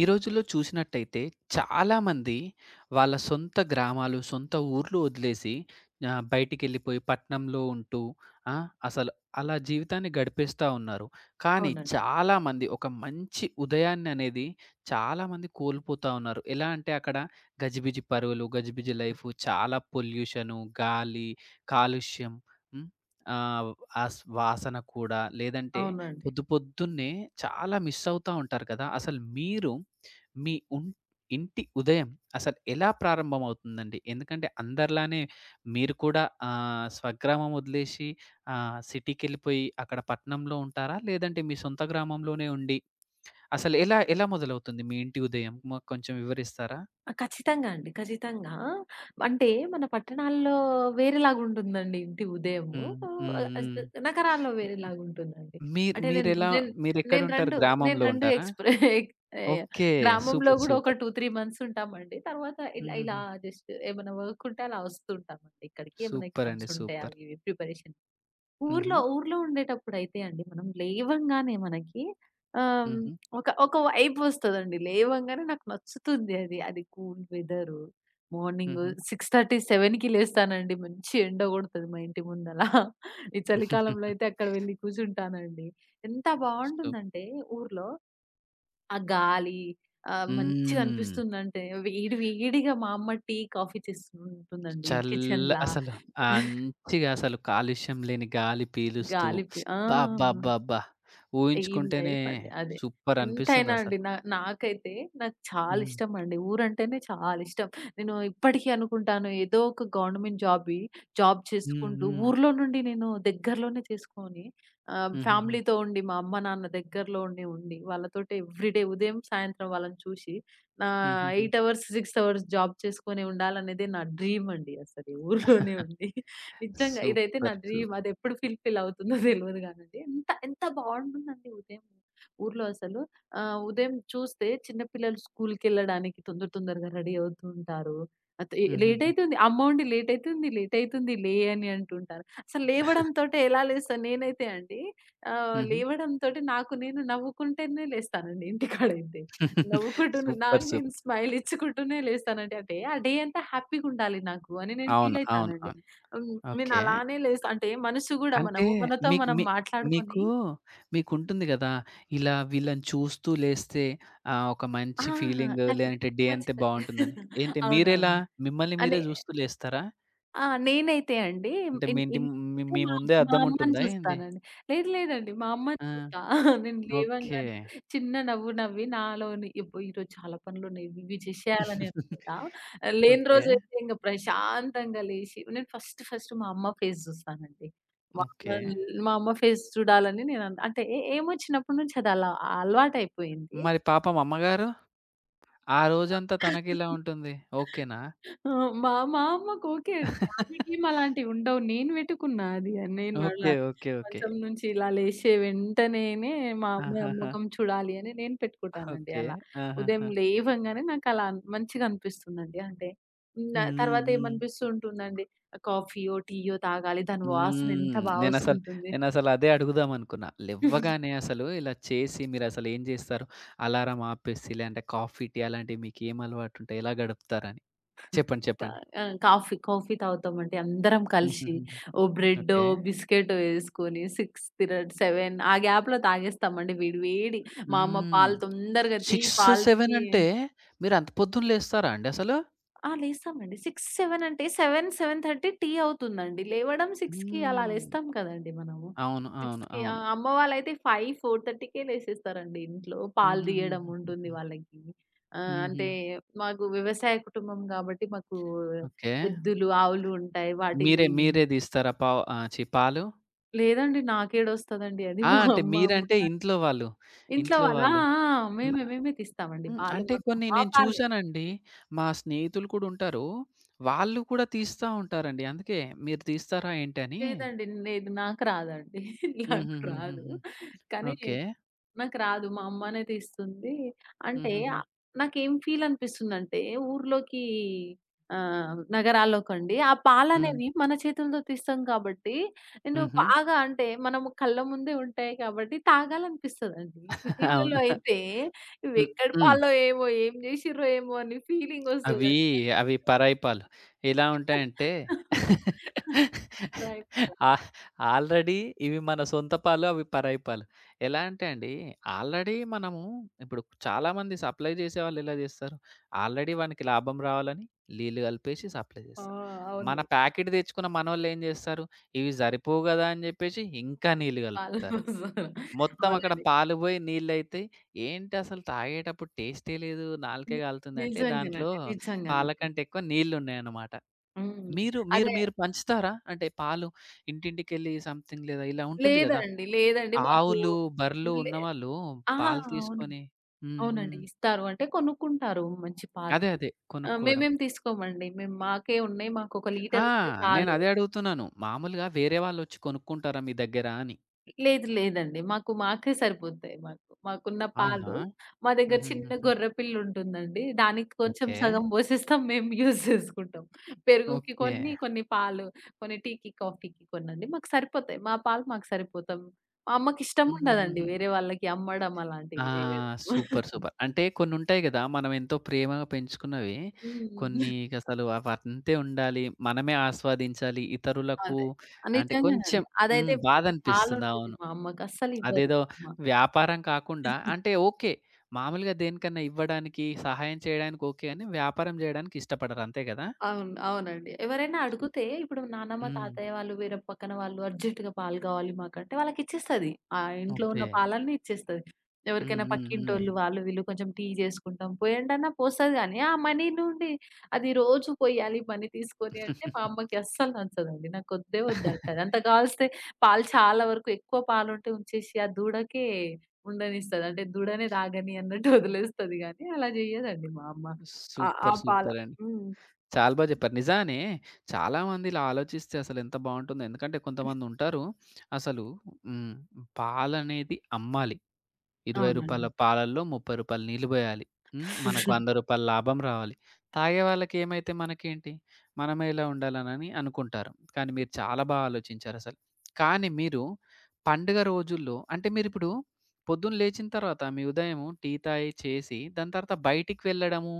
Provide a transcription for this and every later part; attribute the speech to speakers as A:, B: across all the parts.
A: ఈ రోజుల్లో చూసినట్టయితే చాలామంది వాళ్ళ సొంత గ్రామాలు, సొంత ఊర్లు వదిలేసి బయటికెళ్ళిపోయి పట్నంలో ఉంటూ ఆ! అసలు అలా జీవితాన్ని గడిపేస్తా ఉన్నారు. కానీ
B: అవునండి.
A: చాలామంది ఒక మంచి ఉదయాన్ననేది చాలామంది కోల్పోతా ఉన్నారు. ఎలా అంటే అక్కడ గజిబిజి పరుగులు, గజిబిజి లైఫు, చాలా పొల్యూషను, గాలి, కాలుష్యం. హ్మ్. ఆహ్, వాసన కూడా లేదంటే
B: అవునండి.
A: పొద్దు పొద్దున్నే చాలా మిస్ అవుతా ఉంటారు కదా! అసలు మీరు మీ ఉం ఇంటి ఉదయం అసలు ఎలా ప్రారంభమవుతుందండి? ఎందుకంటే అందరిలానే మీరు కూడా స్వగ్రామం వదిలేసి సిటీకెళ్ళిపోయి అక్కడ పట్నంలో ఉంటారా? లేదంటే మీ సొంత గ్రామంలోనే ఉండి అసలు ఎలా ఎలా మొదలవుతుంది మీ ఇంటి ఉదయం? మాకు కొంచెం వివరిస్తారా?
B: ఆ! ఖచ్చితంగా అండి. ఖచ్చితంగా. అంటే మన పట్టణాల్లో వేరేలాగుంటుందండి ఇంటి ఉదయము.
A: హ్మ్. హ్మ్.
B: ఆహ్, అస్
A: హ్మ్.
B: నగరాల్లో వేరేలాగుంటుందండి.
A: మీరు
B: అంటే నేను
A: మీరెలా
B: నేను నేను
A: మీరెక్కడుంటారు?
B: 2 నేను
A: గ్రామంలో
B: 2
A: ఉంటారా?
B: ఎక్స్‌ప్రె యాహ్!
A: ఓకే.
B: గ్రామంలో
A: సూపర్.
B: గూడా ఒక
A: సూపర్.
B: 2, 3 మంత్స్ ఉంటామండి. తర్వాత ఇలా ఇలా
A: హుహుహు.
B: జస్ట్ ఏమైనా వర్క్ ఉంటే అలా వస్తూ ఉంటామండి ఇక్కడికి. ఏమైనా
A: సూపర్ అండి.
B: ఎగ్జామ్స్ ఉంటాయి
A: సూపర్.
B: అవి ఇవి ప్రిపరేషన్.
A: హుహు.
B: ఊర్లో ఊర్లో ఉండేటప్పుడైతే అండి మనం లేవంగానే మనకి ఆహ్,
A: హుహు.
B: ఒక ఒక వైబ్ వస్తదండి. లేవంగానే నాకు నచ్చుతుంది అది. అది కూల్ వెదరు. మార్నింగు
A: హుహు.
B: 6:30, 7కి లేస్తానండి. మంచి ఎండ కొడతది మా ఇంటి ముందల. ఈ చలికాలంలో అయితే అక్కడ వెళ్లి కూర్చుంటానండి. ఎంత
A: సో
B: బావుంటుందంటే ఊర్లో ఆ గాలి
A: హ్మ్.
B: మంచిగనిపిస్తుందంటే వేడి వేడిగా మా అమ్మ టీ, కాఫీ చేస్తుంటుందండి
A: చల్ల
B: కిచెన్‌లా.
A: అసలు మంచిగా అసలు కాలుష్యం లేని గాలి పీలుస్తూ
B: గాలి పి ఆ!
A: అబ్బబ్బబ్బబ్బా!
B: ఏం
A: ఊహించుకుంటేనే
B: లైఫ్ అండి అదే.
A: సూపర్
B: ఎంతైనా అండి
A: అనిపిస్తుందసలు.
B: నాకైతే నాకు చాలా
A: హ్మ్.
B: ఇష్టమండి. ఊరంటేనే చాలా ఇష్టం. నేను ఇప్పటికీ అనుకుంటాను ఏదో ఒక గవర్నమెంట్ జాబ్
A: హ్మ్.
B: చేసుకుంటూ
A: హ్మ్.
B: ఊర్లో నుండి నేను దగ్గరలోనే చేసుకొని
A: హుహుహు.
B: ఫ్యామిలీతో ఉండి మా అమ్మ, నాన్న దగ్గరలో ఉండి వాళ్ళతోటి ఎవ్రీడే ఉదయం, సాయంత్రం వాళ్ళని చూసి నా
A: హుహుహు.
B: 8 అవర్స్, 6 అవర్స్ జాబ్ చేసుకొని ఉండాలనేదే నా డ్రీమ్ అండి అసలు. ఈ ఊర్లోనే ఉండి. నిజంగా. ఇదైతే నా
A: సూపర్.
B: డ్రీమ్. అదెప్పుడు ఫుల్‌ఫిల్ అవుతుందో తెలవదు గానండి. ఎంత ఎంత బావుంటుందండి ఉదయం ఊర్లో అసలు. ఉదయం చూస్తే చిన్న పిల్లలు స్కూల్‌కెళ్ళడానికి తొందర తొందరగా రెడీ అవుతూ ఉంటారు. అత్ ఎ లేట్
A: హుహుహు.
B: అయితుంది. అమ్మోండి లేట్ అయితుంది, లేట్ అయితుంది లే అని అంటుంటారు. అసలు లేవడంతోటే ఎలా లేస్తాను నేనైతే అండి,
A: హుహు.
B: లేవడంతోటి నాకు నేను నవ్వుకుంటేనే లేస్తానండి ఇంటికాడైతే. నవ్వుకుంటూను
A: సూపర్.
B: నాకు నేను
A: సూపర్.
B: స్మైల్ ఇచ్చుకుంటూనే లేస్తానండి. అంటే ఆ డే అంతా హ్యాపీ‌గుండాలి నాకు అని నేను
A: అవును.
B: ఫీల్
A: అవును.
B: అయితానండి.
A: అవును.
B: హ్మ్. నేను
A: ఓకే.
B: అలానే లేస్తా. అంటే మనిషి గూడా
A: అంటే
B: మనము. మనతో
A: మీక్
B: మనం
A: మీ
B: మాట్లాడుకొని
A: మీకు మీకుంటుంది గదా! ఇలా వీళ్ళని చూస్తూ లేస్తే ఒక
B: ఆ!
A: మంచి ఫీలింగ్
B: ఖచ్చితంగా.
A: లేదంటే డే అంతా
B: ఖచ్చితంగా.
A: బావుంటుందని. ఏంటి మీరెలా
B: అవునవును.
A: మిమ్మల్ని
B: అనే
A: మీరే చూస్తూ లేస్తారా?
B: ఆ! నేనైతే అండి
A: అంటే మీ ఇంటి మీ
B: ఇంట్లోనైతే
A: మీ
B: మా
A: ముందే
B: మా
A: అద్దం
B: అమ్మని
A: ఉంటుందా ఏంది?
B: చూస్తానండి. లేదు లేదండి. మా అమ్మని
A: ఆ!
B: చూస్తా. నేను
A: ఓకే.
B: లేవంగానే చిన్న నవ్వు నవ్వి నాలోని అబ్బో! ఈరోజు చాలా పనులున్నాయి. ఇవి ఇవి చేసేయాలని అనుకుంటా. లేని
A: ఓకే.
B: రోజైతే ఇంక ప్రశాంతంగా లేసి నేను ఫస్ట్ ఫస్ట్ మా అమ్మ ఫేస్ జూస్తానండి. మా
A: ఓకే.
B: అమ్మని మా అమ్మ ఫేస్ చూడాలని నేను అంటే ఏమో చిన్నప్పటి నుంచి అది అలా అలవాటయిపోయింది.
A: మరి పాపం అమ్మగారు? ఆ రోజంతా తనకిలా ఉంటుంది. ఓకేనా?
B: ఆ! మా మా అమ్మకు ఓకే అండి. ఆమెకేం అలాంటివి ఉండవు. నేను వెతుకున్నా అది. నేను
A: ఓకే.
B: మళ్ళా
A: ఓకే. ఓకే.
B: మంచం నుంచి ఇలా లేశే వెంటనేనే మా అమ్మ
A: ఆహాహా!
B: మొఖం చూడాలి అని నేను పెట్టుకుంటానండి
A: ఓకే.
B: అలా. ఉదయం
A: ఆహాహా!
B: లేవంగానే నాకలా మంచిగా అనిపిస్తుందండి. అంటే హ్మ్.
A: హ్మ్.
B: తర్వాత
A: హ్మ్.
B: ఏమనిపిస్తూ ఉంటుందండి, కాఫీయో, టీయో తాగాలి. దాని వాసన ఎంత
A: హ్మ్.
B: బా
A: నేనసలు
B: వస్తుంటుంది.
A: నేనసలు అదే అడుగుదాం అనుకున్నా. లెవ్వగానే అసలు ఇలా చేసి మీరసలేం జేస్తారు? అలారం ఆపేసి లేదంటే కాఫీ, టీ అలాంటివి మీకేం అలవాటుంటాయి? ఎలా గడుపుతారని? చెప్పండి.
B: కా
A: చెప్పండి.
B: ఆ! కాఫీ తాగుతామండి అందరం కలిసి.
A: హుహుహుహు.
B: ఓ బ్రెడ్డో,
A: ఓకే.
B: బిస్కెటో ఏసుకొని 6 తిర 7 ఆ గ్యాప్‌లో తాగేస్తామండి వేడి వేడి. మా అమ్మ
A: హ్మ్.
B: పాలు తొందరగా తీ
A: 6,
B: పాలు
A: 7
B: తీ
A: అంటే మీరంత పొద్దున లేస్తారా అండి అసలు?
B: ఆ! లేస్తామండి. 6, 7 అంటే 7, 7:30 టీ అవుతుందండి. లేవడం 6కి అలా
A: హ్మ్.
B: లేస్తాం కదండీ మనము.
A: అవును. అవును.
B: 6కి ఆ!
A: అవును.
B: అమ్మ వాళ్ళైతే 5, 4:30కే లేసేస్తారండి ఇంట్లో. పాలు తీయడం
A: హుహుహుహుహు.
B: ఉంటుంది వాళ్ళకి.
A: హుహు.
B: అంటే మాకు వ్యవసాయ కుటుంబం కాబట్టి మాకు
A: ఓకే.
B: ఎద్దులు, ఆవులు ఉంటాయి.
A: మీరే
B: వాటిని
A: మీరే దీస్తారా పావ్ ఆ! ఛీ! పాలు?
B: లేదండి నాకేడొస్తదండి అది.
A: ఆ!
B: మా
A: అంటే
B: అమ్మ, మా
A: మీరంటే
B: నాన్న
A: ఇంట్లో వాళ్ళు.
B: ఇంట్లో
A: ఇంట్లో
B: వాళ్ళు ఆ!
A: వాళ్ళు.
B: ఆ! మేమే తీస్తామండి
A: హ్మ్.
B: పాలు.
A: అంటే
B: మాకు
A: కొన్ని
B: మా
A: నేను
B: పాలే.
A: చూసానండి. మా స్నేహితులు కూడా ఉంటారు. వాళ్ళు కూడా తీస్తా ఉంటారండి. అందుకే మీరు తీస్తారా ఏంటి అని
B: లేదండి. లేదు. నాకు రాదండి. నాకు రాదు.
A: హుహుహుహుహు.
B: కానీ
A: ఓకే.
B: నాకు రాదు. మా అమ్మనే తీస్తుంది. అంటే
A: హుహుహు.
B: నాకేం ఫీల్ అనిపిస్తుందంటే ఊర్లోకి నగరాల్లోకండి ఆ
A: హ్మ్.
B: పాలనేవి మన చేతులతో తీస్తాం కాబట్టి, నేను
A: హుహు.
B: బాగా అంటే మనము కళ్ళ ముందే ఉంటాయి కాబట్టి తాగాలనిపిస్తదండి. సిటీలలో
A: అవునా?
B: అయితే ఇవి
A: హ్మ్.
B: ఎక్కడి
A: హ్మ్.
B: పాలో ఏమో, ఏం జేసిర్రో ఏమో అని ఫీలింగ్
A: అవి,
B: వస్తదండి నాకు.
A: అవి పరాయి పాలు. ఎలా ఉంటాయంటే
B: రాయి పాల.
A: ఆ ఆల్రెడీ ఇవి మన సొంత పాలు, అవి పరాయి పాలు. ఎలా అంటే అండి, ఆల్రెడీ మనము ఇప్పుడు చాలామంది సప్లై చేసేవాళ్ళు ఎలా చేస్తారు? ఆల్రెడీ వానికి లాభం రావాలని నీళ్ళు కలిపేసి సప్లై
B: ఆ!
A: చేస్తారు. మన
B: అవును.
A: ప్యాకెట్ తెచ్చుకున్న మనోళ్ళు ఏం చేస్తారు? ఇవి సరిపోవు కదా! అని చెప్పేసి ఇంకా నీళ్ళు
B: అన్ని పాలు
A: కలుపుతారు.
B: పోసారు.
A: మొత్తం అక్కడ
B: అవునండి.
A: పాలు పోయి నీళ్ళయితాయి. ఏంటసలు తాగేటప్పుడు టేస్టే లేదు. నాలుకే
B: ని
A: కాలుతుందంటే దాంట్లో
B: నిజంగానండి.
A: పాల
B: నిజంగానండి.
A: కంటే ఎక్కువ నీళ్ళున్నాయన్నమాట.
B: హ్మ్.
A: మీరు, మీరు,
B: అదే
A: మీరు పంచుతారా? అంటే పాలు ఇంటింటికెళ్ళి సంథింగ్ లేదా ఇలా ఉంటుంది గదా!
B: లేదండి. లేదండి. మాకు
A: ఆవులు, బర్రెలు
B: లే
A: ఉన్నవాళ్ళు
B: ఆహా!
A: పాలు
B: అవును.
A: తీసుకొని హ్మ్.
B: అవునండి.
A: హ్మ్.
B: ఇస్తారు. అంటే కొనుక్కుంటారు మంచి పాలు.
A: అదే. అదే. కొనుక్కోవడం.
B: మేమేం తీసుకోమండి. మేము మాకే ఉన్నాయి. మాకొక
A: ఆ!
B: లీటరిస్తే చాలు.
A: నేనదే అడుగుతున్నాను. మామూలుగా వేరే వాళ్ళొచ్చి కొనుక్కుంటారా మీ దగ్గర అని?
B: లేదు లేదండి. మాకు మాకే సరిపోతాయి మాకు. మాకున్న
A: అవునా?
B: పాలు మా దగ్గర చిన్న
A: హుహుహుహు.
B: గొర్రె పిల్లుంటుందండి. దానికి కొంచెం
A: ఓకే.
B: సగం పోసేస్తాం మేము యూజ్ చేసుకుంటాం. పెరుగుకి
A: ఓకే.
B: కొన్ని, కొన్ని పాలు, కొన్ని టీకి, కాఫీకి కొన్నండి. మాకు సరిపోతాయి. మా పాలు మాకు సరిపోతాం. మా అమ్మకిష్టం ఉండదండి
A: హుహుహుహు.
B: వేరే వాళ్ళకి అమ్మడం
A: ఆ!
B: అలాంటివి జేయడం.
A: సూపర్. సూపర్. అంటే కొన్నుంటాయి గదా! మనం ఎంతో ప్రేమగా పెంచుకున్నవి.
B: హ్మ్.
A: కొన్ని అసలు అవంతే ఉండాలి. మనమే ఆస్వాదించాలి. ఇతరులకు
B: అదే.
A: అంటే కొంచెం
B: నిజంగానండి.
A: హ్మ్.
B: అదైతే అది చాలా
A: బాధనిపిస్తుంది.
B: ఉంటది
A: అవును.
B: మా అమ్మకి. అస్సలివ్వదు
A: అదేదో
B: మా అమ్మ.
A: వ్యాపారం కాకుండా అంటే ఓకే. మామూలుగా దేనికన్నా ఇవ్వడానికి, సహాయం చేయడానికి ఓకే గాని, వ్యాపారం జేయడానికి ఇష్టపడరు. అంతే గదా!
B: అవును. అవునండి. ఎవరైనా అడిగితే ఇప్పుడు నానమ్మ,
A: హ్మ్.
B: తాతయ్య వాళ్ళు వేరే పక్కన వాళ్ళు అర్జెంట్‌గా పాలు కావాలి మాకంటే వాళ్ళకిచ్చేస్తది. ఆ ఇంట్లో
A: ఓకే.
B: ఉన్న పాలన్నీ ఇచ్చేస్తది.
A: హ్మ్.
B: ఎవరికైనా
A: హ్మ్. హ్మ్.
B: పక్కింటోళ్ళు వాళ్ళు వీళ్ళు కొంచెం టీ చేసుకుంటాం, పోయండన్నా పోస్తది గానీ, ఆ మనీ నుండి అది రోజు పొయ్యాలి మనీ తీసుకొని అంటే మా అమ్మకి అస్సలు నచ్చదండి. నాకొద్దే వద్దంటది. అంత కావలిస్తే పాలు చాలా వరకు ఎక్కువ పాలుంటే ఉంచేసి ఆ దూడకే ఉండనిస్తది. అంటే దూడనే తాగని అన్నట్టు వదిలేస్తది గానీ, అలా జేయదండి మా అమ్మ. ఆ ఆ
A: సూపర్.
B: పాల
A: సూపర్ అండి.
B: హ్మ్.
A: చాలా బా జెప్పారు. నిజానే చాలామంది ఇలా ఆలోచిస్తే అసలెంత బావుంటుందో. ఎందుకంటే కొంతమందుంటారు అసలు హ్మ్. పాలనేది అమ్మాలి. రూ. 20
B: అవునండి.
A: పాలల్లో రూ. 30 నీళ్ళు బోయాలి. హ్మ్. మనకు రూ. 100 లాభం రావాలి. తాగే వాళ్ళకేమైతే మనకేంటి? మనమే ఇలా ఉండాలనని అనుకుంటారు. కానీ మీరు చాలా బా ఆలోచించారసలు. కానీ మీరు పండుగ రోజుల్లో అంటే మీరిప్పుడు పొద్దున్న లేచిన తర్వాత మీ ఉదయం టీ తాగి చేసి దాని తర్వాత బయటికి వెళ్ళడము,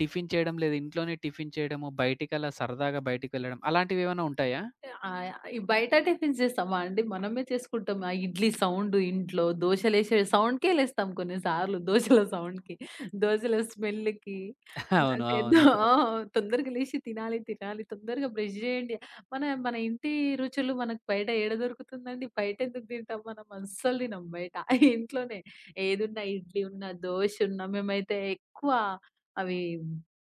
A: టిఫిన్ చేయడం లేదా ఇంట్లోనే టిఫిన్ చేయడము, బయటికలా సరదాగా బయటికి వెళ్ళడం అలాంటివేవన్నా ఉంటాయా?
B: ఆహ్, ఈ బయట టిఫిన్స్ చేస్తామా అండి? మనమే చేసుకుంటాం. ఆ ఇడ్లీ సౌండు ఇంట్లో, దోసలేసే సౌండ్‌కే లేస్తాం కొన్నిసార్లు. దోసల సౌండ్‌కి, దోసల స్మెల్‌కి
A: అవును.
B: అంటే దో
A: అవును.
B: ఆ! తొందరగా లేసి తినాలి, తినాలి. తొందరగా బ్రష్ చేయండి. మన మన ఇంటి రుచులు మనకు బయట ఏడ దొరుకుతుందండి? బయట ఎందుకు తింటాం మనం? అస్సలు తినం బయట. ఇంట్లోనే ఏదున్నా ఇడ్లీ ఉన్నా, దోశ ఉన్నా మేమైతే ఎక్కువ అవి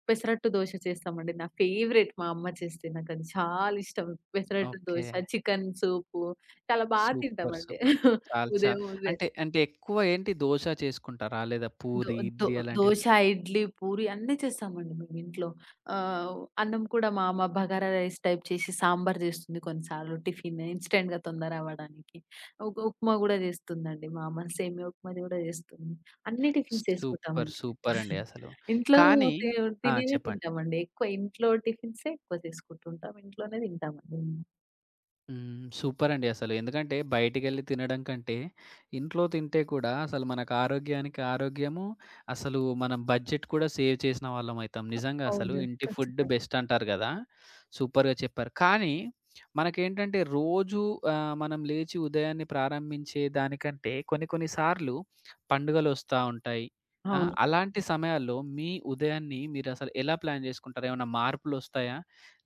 B: పెసరట్టు దోస చేస్తామండి. నా ఫేవరెట్ మా అమ్మ చేస్తే. నాకది చాలా ఇష్టం. పెసరట్టు
A: ఓకే.
B: దోస, చికెన్ సూపు చాలా బా
A: సూపర్.
B: తింటామండి.
A: సూపర్. చాలా చా
B: ఉదయం ఉదయం
A: అంటే, అంటే ఎక్కువ ఏంటి దోస చేసుకుంటారా? లేదా
B: దో
A: పూరి,
B: దో
A: ఇడ్లీ అలాంటివి?
B: దోస, ఇడ్లీ, పూరి అన్నీ చేస్తామండి మేము ఇంట్లో. అన్నం కూడా మా అమ్మ బగారా రైస్ టైప్ చేసి సాంబార్ చేస్తుంది కొన్నిసార్లు టిఫిన్ ఇన్‌స్టెంట్‌గా తొందర అవ్వడానికి. ఉప్మా గూడా చేస్తుందండి మా అమ్మ. సేమియా ఉప్మాది గూడా చేస్తుంది. అన్ని టిఫిన్స్
A: సూపర్.
B: చేసుకుంటామండి మేము.
A: సూపర్ అండి అసలు.
B: ఇంట్లో
A: కానీ
B: తి
A: ఆ!
B: తినేవే
A: చెప్పండి.
B: తింటామండి. ఎక్కువ ఇంట్లో టిఫిన్సే ఎక్కువ చేసుకుంటుంటాం. ఇంట్లోనే తింటామండి మేము.
A: హ్మ్. సూపరండి అసలు. ఎందుకంటే బయటికెళ్ళి తినడం కంటే, ఇంట్లో తింటే కూడా అసలు మనకు ఆరోగ్యానికి ఆరోగ్యము, అసలు మనం బడ్జెట్ కూడా సేవ్ చేసిన వాళ్ళమయితాం. నిజంగా అసలు
B: అవునండి.
A: ఇంటి ఫుడ్
B: ఖచ్చితంగా.
A: బెస్ట్ అంటారు గదా! సూపర్‌గా చెప్పారు. కానీ మనకేంటంటే రోజు మనం లేచి ఉదయాన్నే ప్రారంభించే దానికంటే కొన్ని కొన్ని సార్లు పండుగలొస్తా ఉంటాయి. ఆ!
B: అవును.
A: అలాంటి సమయాల్లో మీ ఉదయాన్ని మీరసలు ఎలా ప్లాన్ జేసుకుంటారు? ఏమన్నా మార్పులొస్తాయా?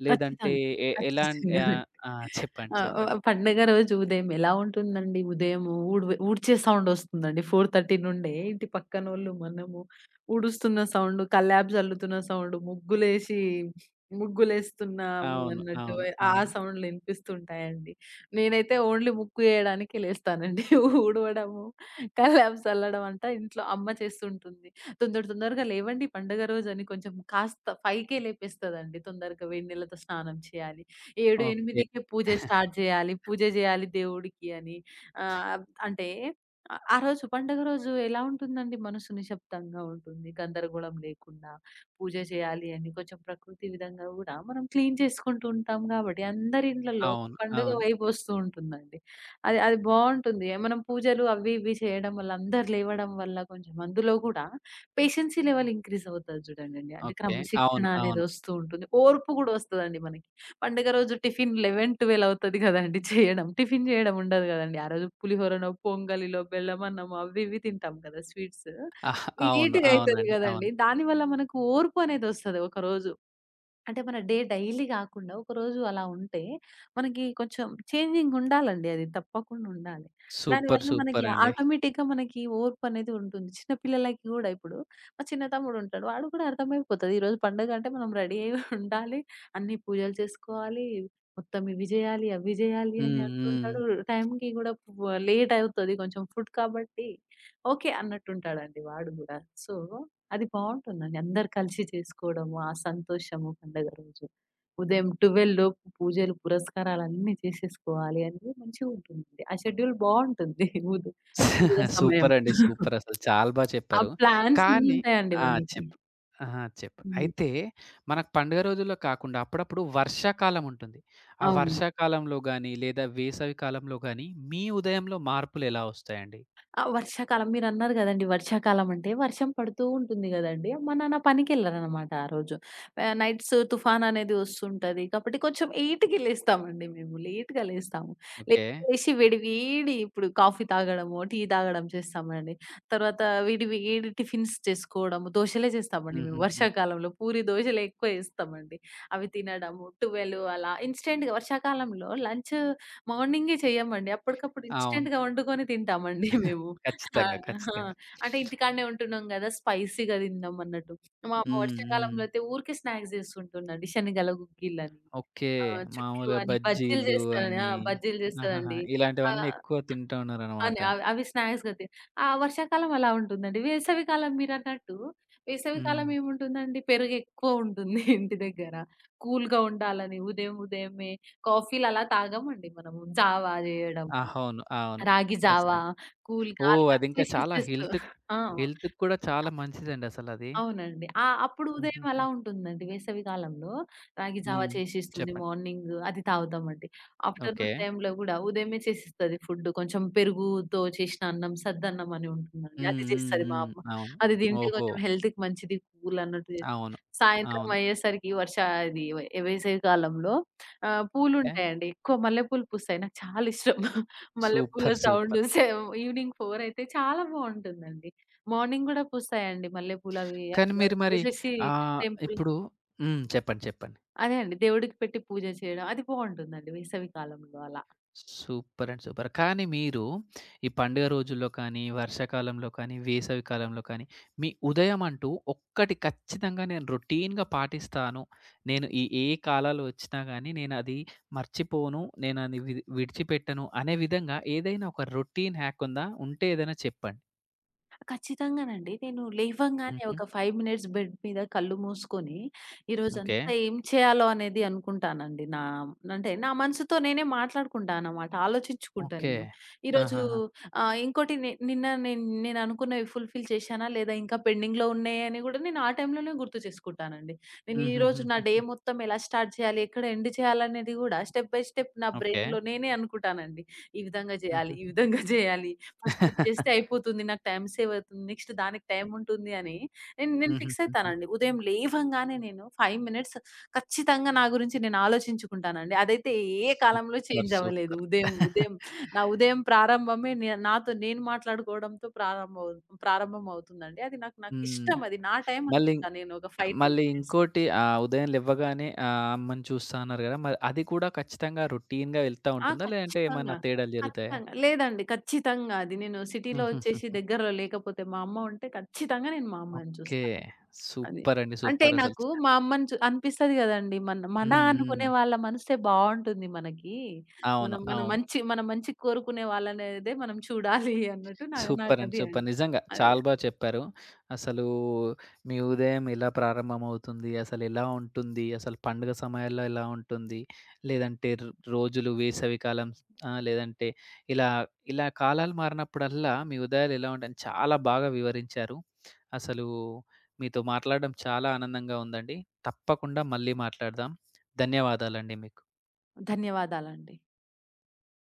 A: లేదంటే
B: ఖచ్చితంగా.
A: ఎ ఎలాన్
B: ఖచ్చితంగా. అండి.
A: ఆహ్, ఆ! ఆ, చెప్పండి.
B: ఆ!
A: చెప్పండి.
B: పండగ రోజు ఉదయం ఎలా ఉంటుందండి? ఉదయము ఊడ్చే సౌండ్ వస్తుందండి. 4:30 నుండే ఇంటి పక్కనోళ్ళు, మనము ఊడుస్తున్న సౌండ్, కల్లాప్స్ జల్లుతున్న సౌండ్, ముగ్గులేస్తున్నాము
A: అవును.
B: అన్నట్టు
A: అవును.
B: ఆ
A: అవును.
B: సౌండ్‌లు ఇనిపిస్తుంటాయండి. నేనైతే ఓన్లీ ముగ్గు ఏయడానికే లేస్తానండి. ఊడవడము, కల్లాప్స్ చల్లడం అంతా ఇంట్లో అమ్మ చేస్తుంటుంది. తొందర తొందరగా లేవండి పండుగ రోజని కొంచెం కాస్త 5కే లేపేస్తదండి. తొందరగా వేడి నీళ్ళతో స్నానం చేయాలి. 7,
A: ఓకే.
B: 8కే పూజ స్టార్ట్ చేయాలి. పూజ చేయాలి దేవుడికి అని. ఆహ్, అంటే ఆ రోజు పండుగ రోజు ఎలా ఉంటుందండి మనసు నిశ్శబ్దంగా ఉంటుంది. గందరగోళం లేకుండా పూజ చేయాలి అని కొంచెం ప్రకృతి విధంగా కూడా మనం క్లీన్ చేసుకుంటూ ఉంటాం కాబట్టి అందరి ఇండ్లలో
A: అవును.
B: పండుగ
A: అవును.
B: వైబ్ వస్తూ ఉంటుందండి. అది అది బావుంటుంది. మనం పూజలు అవి ఇవి చేయడం వల్ల అందరు లేవడం వల్ల కొంచెం అందులో కూడా పేషెన్సీ లెవెల్ ఇంక్రీజ్ అవుతది చూడండండి. అంటే
A: ఓకే.
B: క్రమశిక్షణ
A: అవును. అవును.
B: అనేదొస్తూ ఉంటుంది. ఓర్పు గూడా వస్తదండి మనకి. పండుగ రోజు టిఫిన్ 11, 12 అవుతది కదండీ చేయడం. టిఫిన్ చేయడం ఉండదు కదండీ. ఆ రోజు పులిహోరనో, పొంగలిలో, బెల్లమన్నమో అవి ఇవి తింటాం కదా స్వీట్స్.
A: అహ్! అవును.
B: నీట్‌గా అయితది
A: అవునండి.
B: కదండీ.
A: అవును.
B: దానివల్ల మనకు ఓర్పు అనేదొస్తది ఒకరోజు. అంటే మన డే డైలీ గాకుండా ఒకరోజు అలా ఉంటే, మనకి కొంచెం చేంజింగ్ ఉండాలండి అది తప్పకుండా ఉండాలి.
A: సూపర్.
B: దానివల్ల మనకి
A: సూపర్ అండి.
B: ఆటోమేటిక్‌గా మనకి ఓర్పనేది ఉంటుంది. చిన్న పిల్లలకి గూడా ఇప్పుడు మా చిన్న తమ్ముడు ఉంటాడు. వాడు కూడా అర్థమైపోతది. ఈరోజు పండుగ అంటే మనం రెడీ అయ్యి ఉండాలి. అన్ని పూజలు చేసుకోవాలి. మొత్తం ఇవి జేయాలి, అవి జేయాలి అని
A: హ్మ్. హ్మ్.
B: అంటుంటాడు. టైంకి గూడా లేట్ అవుతది కొంచెం ఫుడ్ కాబట్టి ఓకే. అన్నట్టుంటాడండి వాడు గూడా. సో అది బావుంటుందండి. అందరు కలిసి చేసుకోవడము, ఆ సంతోషము పండగ రోజు. ఉదయం 12 లోపు పూజలు, పురస్కారాలన్నీ చేసేసుకోవాలి అనేది మంచిగుంటుందండి. ఆ షెడ్యూల్ బావుంటుంది. ఉద్ పండుగ సమయం.
A: సూపర్ అండి. సూపర్ అసలు చాలా బా
B: ఆ
A: చెప్పారు.
B: ప్లాన్స్
A: కానీ
B: ఎన్నుంటాయండి
A: ఆ!
B: మనకి.
A: చెప్పు. అహా! చెప్పు.
B: హ్మ్.
A: అయితే మనకు పండుగ రోజుల్లో కాకుండా అప్పుడప్పుడు వర్షాకాలం ఉంటుంది. ఆ
B: అవునండి.
A: వర్షాకాలంలో గాని, లేదా వేసవి కాలంలో గాని, మీ ఉదయంలో మార్పులెలా వస్తాయండి?
B: ఆ! వర్షాకాలం మీరన్నారు గదండీ! వర్షాకాలం అంటే వర్షం పడుతూ ఉంటుంది గదండీ! మా నాన్న పనికెళ్లరనమాట ఆ రోజు. నైట్స్ తుఫాన్ అనేది వస్తుంటది. కాబట్టి కొంచెం 8కి లేస్తామండి మేము. లేట్‌గా లేస్తాము. లే
A: ఓకే.
B: లేసి వేడి వేడి ఇప్పుడు కాఫీ తాగడమో, టీ తాగడం చేస్తామండి. తర్వాత వేడి వేడి టిఫిన్స్ చేసుకోవడము. దోసలే చేస్తామండి మేము
A: హుహుహు.
B: వర్షాకాలంలో. పూరి, దోసలే ఎక్కువ ఏస్తామండి. అవి తినడము. 12 అలా ఇన్‌స్టంట్‌గా వర్షాకాలంలో లంచ్ మార్నింగే చెయ్యమండి. అప్పటికప్పుడు
A: అవును.
B: ఇన్‌స్టంట్‌గా వండుకొని తింటామండి మేము. ఆ!
A: ఖచ్చితంగా.
B: ఆ!
A: ఖచ్చితంగా.
B: అంటే ఇంటికాడనే ఉంటున్నాం గదా! స్పైసీగా తిందాం అన్నట్టు. మా అమ్మ
A: హ్మ్. హ్మ్.
B: వర్షాకాలంలో అయితే ఊరికే స్నాక్స్ చేస్తుంటుందండి. శనగల గుగ్గిళ్ళని,
A: ఓకే.
B: చుట్లు
A: మామూలుగా
B: అని, బజ్జీలు
A: బజ్జీలు
B: చేస్తారని ఆ!
A: అని
B: బజ్జీలు
A: ఆహాహా!
B: చేస్తదండి. అలా
A: ఇలాంటివన్నీ ఎక్కువ తింటూ ఉన్నారనమాట.
B: అని అవి అవి స్నాక్స్‌గా తి ఆ వర్షాకాలం అలా ఉంటుందండి. వేసవికాలం మీరన్నట్టు
A: హ్మ్.
B: వేసవికాలం ఏముంటుందండి పెరుగెక్కువ ఉంటుంది ఇంటి దగ్గర. కూల్‌గా ఉండాలని ఉదయమే కాఫీలు అలా తాగమండి మనము. జావా జేయడము,
A: అవును. అవును.
B: రాగి జావా,
A: ఖచ్చితంగా.
B: కూల్ గాలి
A: ఓహ్!
B: అవి
A: అదింకా
B: చేసి
A: చాలా
B: ఇచ్చేస్తూ
A: హెల్త్‌కి
B: ఆ!
A: హెల్త్‌కి కూడా చాలా మంచిదండి అసలది.
B: అవునండి. ఆ! అప్పుడు ఉదయం
A: హుహుహు.
B: అలా ఉంటుందండి. వేసవికాలంలో రాగి జావా
A: హ్మ్.
B: చేసిస్తుంది
A: చెప్పండి.
B: మార్నింగ్ అది తాగుతామండి.
A: ఓకే.
B: ఆఫ్టర్‌నూన్ టైమ్‌లో గూడా ఉదయమే చేసిస్తది ఫుడ్. కొంచెం పెరుగుతో చేసిన అన్నం సద్దన్నం అని ఉంటుందండి.
A: హ్మ్.
B: అది
A: హ్మ్.
B: చేస్తది మా
A: హ్మ్.
B: అమ్మ.
A: అవును.
B: అది తింటే
A: ఓహో!
B: కొంచెం హెల్త్‌కి మంచిది కూల్ అన్నట్టు చేస్తది.
A: అవును.
B: సాయంత్రం
A: అవును.
B: అయ్యేసరికి వర్ష ఇది వె వేసవికాలంలో
A: ఏ
B: పూలుంటాయండి. ఎక్కువ మల్లెపూలు పూస్తాయి. నాకు చాలా ఇష్టం. మల్లెపూల
A: సూపర్.
B: Sound
A: super.
B: సే ఈవినింగ్ 4 అయితే చాలా బావుంటుందండి. మార్నింగ్ గూడా పూస్తాయండి. మల్లెపూలవి
A: కానీ
B: అట్లా
A: మీరు మరి
B: కోసేసి
A: ఆహ్,
B: టెంపుల్
A: ఇప్పుడు హ్మ్. చెప్పండి. చెప్పండి.
B: అదే అండి. దేవుడికి పెట్టి పూజ చేయడం అది బావుంటుందండి వేసవి కాలంలో అలా.
A: Super and super. కానీ మీరు ఈ పండుగ రోజుల్లో కానీ, వర్షాకాలంలో కానీ, వేసవి కాలంలో కానీ, మీ ఉదయం అంటూ ఒక్కటి ఖచ్చితంగా నేను రొటీన్‌గా పాటిస్తాను. నేను ఈ ఏ కాలాలు వచ్చినా గానీ నేనది మర్చిపోను. నేనది విడిచిపెట్టను అనే విధంగా ఏదైనా ఒక రొటీన్ హ్యాక్ ఉందా? ఉంటే ఏదైనా చెప్పండి.
B: ఖచ్చితంగానండి. నేను లేవంగానే
A: హుహు.
B: ఒక 5 మినిట్స్ బెడ్ మీద కళ్ళు మూసుకొని,
A: ఓకే.
B: ఈరోజంతా ఏం చేయాలో అనేది అనుకుంటానండి. అంటే నా మనసుతో నేనే మాట్లాడుకుంటానమాట. ఆలోచించుకుంటా
A: ఓకే.
B: నేను. ఈరోజు
A: ఆహాహా!
B: ఇంకోటి నిన్న నేననుకున్నవి ఫుల్‌ఫిల్ చేశానా? లేదా ఇంకా పెండింగ్‌లో ఉన్నాయని గూడా నేను ఆ టైంలోనే గుర్తు చేసుకుంటానండి. నేను ఈరోజు నా డే
A: హుహుహుహుహు.
B: మొత్తం ఎలా స్టార్ట్ చేయాలి? ఎక్కడ ఎండ్ చేయాలనేది గూడా స్టెప్ బై స్టెప్ నా
A: ఓకే.
B: బ్రెయిన్‌లో నేనే అనుకుంటానండి. ఈ విధంగా జేయాలి, ఈ
A: హుహుహు.
B: విధంగా జేయాలి. ఫస్ట్ ఇది చేస్తే అయిపోతుంది. నాకు టైమ్ సేవ్ అవుతుంది. నెక్స్ట్ దానికి టైమ్ ఉంటుంది అని నేను నేను ఫిక్స్
A: హుహుహుహు.
B: అయితానండి. ఉదయం లేవంగానే నేను 5 మినిట్స్ ఖచ్చితంగా నా గురించి నేను ఆలోచించుకుంటానండి. అదైతే ఏ కాలంలో
A: సూపర్.
B: చేంజ్ అవ్వలేదు.
A: సూపర్.
B: ఉదయం ఉదయం నా ఉదయం ప్రారంభమే నాతో నేను మాట్లాడుకోవడంతో ప్రారంభం అవుతుందండి. అది నాకు
A: హ్మ్.
B: నాకిష్టం అది. నా టైమ్
A: మళ్ళీ
B: అనుకుంటా నేను ఒక 5, 10
A: మళ్ళీ
B: మినిట్స్.
A: ఇంకోటి ఉదయం లెవ్వగానే అమ్మని చూస్తా అన్నారు గదా! మరి అది కూడా ఖచ్చితంగా రొటీన్‌గా వెళ్తా
B: ఆ!
A: ఉంటుందా? లేదంటే ఏమన్నా
B: ఖచ్చితంగా.
A: తేడాలు జరుగుతాయా?
B: ఖచ్చితంగా. లేదండి. ఖచ్చితంగా అది. నేను సిటీలో వచ్చేసి
A: హుహుహుహు.
B: దగ్గరలో లేకపోతే మా అమ్మ ఉంటే ఖచ్చితంగా నేను మా అమ్మని
A: ఓకే.
B: చూస్తాను. అది.
A: సూపర్ అండి.
B: అంటే
A: సూపర్ అసలు.
B: నాకు మా అమ్మని అనిపిస్తది గదండీ! మన మన
A: హ్మ్. హ్మ్.
B: అనుకునే వాళ్ళ మనసే బావుంటుంది మనకి.
A: అవును.
B: మనం మన
A: అవును.
B: మంచి మన మంచి కోరుకునే వాళ్ళనేదే మనం చూడాలి అన్నట్టు
A: సూపర్ అండి.
B: నాకది
A: సూపర్.
B: అండి.
A: నిజంగా
B: అదే.
A: చాలా బా చెప్పారు. అసలు మీ ఉదయం ఎలా ప్రారంభమవుతుంది? అసలెలా ఉంటుంది? అసలు పండుగ సమయాల్లో ఎలా ఉంటుంది? లేదంటే రోజులు వేసవికాలం లేదంటే ఇలా ఇలా కాలాలు మారినప్పుడల్లా మీ ఉదయాలు ఎలా ఉంటాయని చాలా బాగా వివరించారు. అసలు మీతో మాట్లాడడం చాలా ఆనందంగా ఉందండి. తప్పకుండా మళ్ళీ మాట్లాడదాం. ధన్యవాదాలండి మీకు.
B: ధన్యవాదాలండి.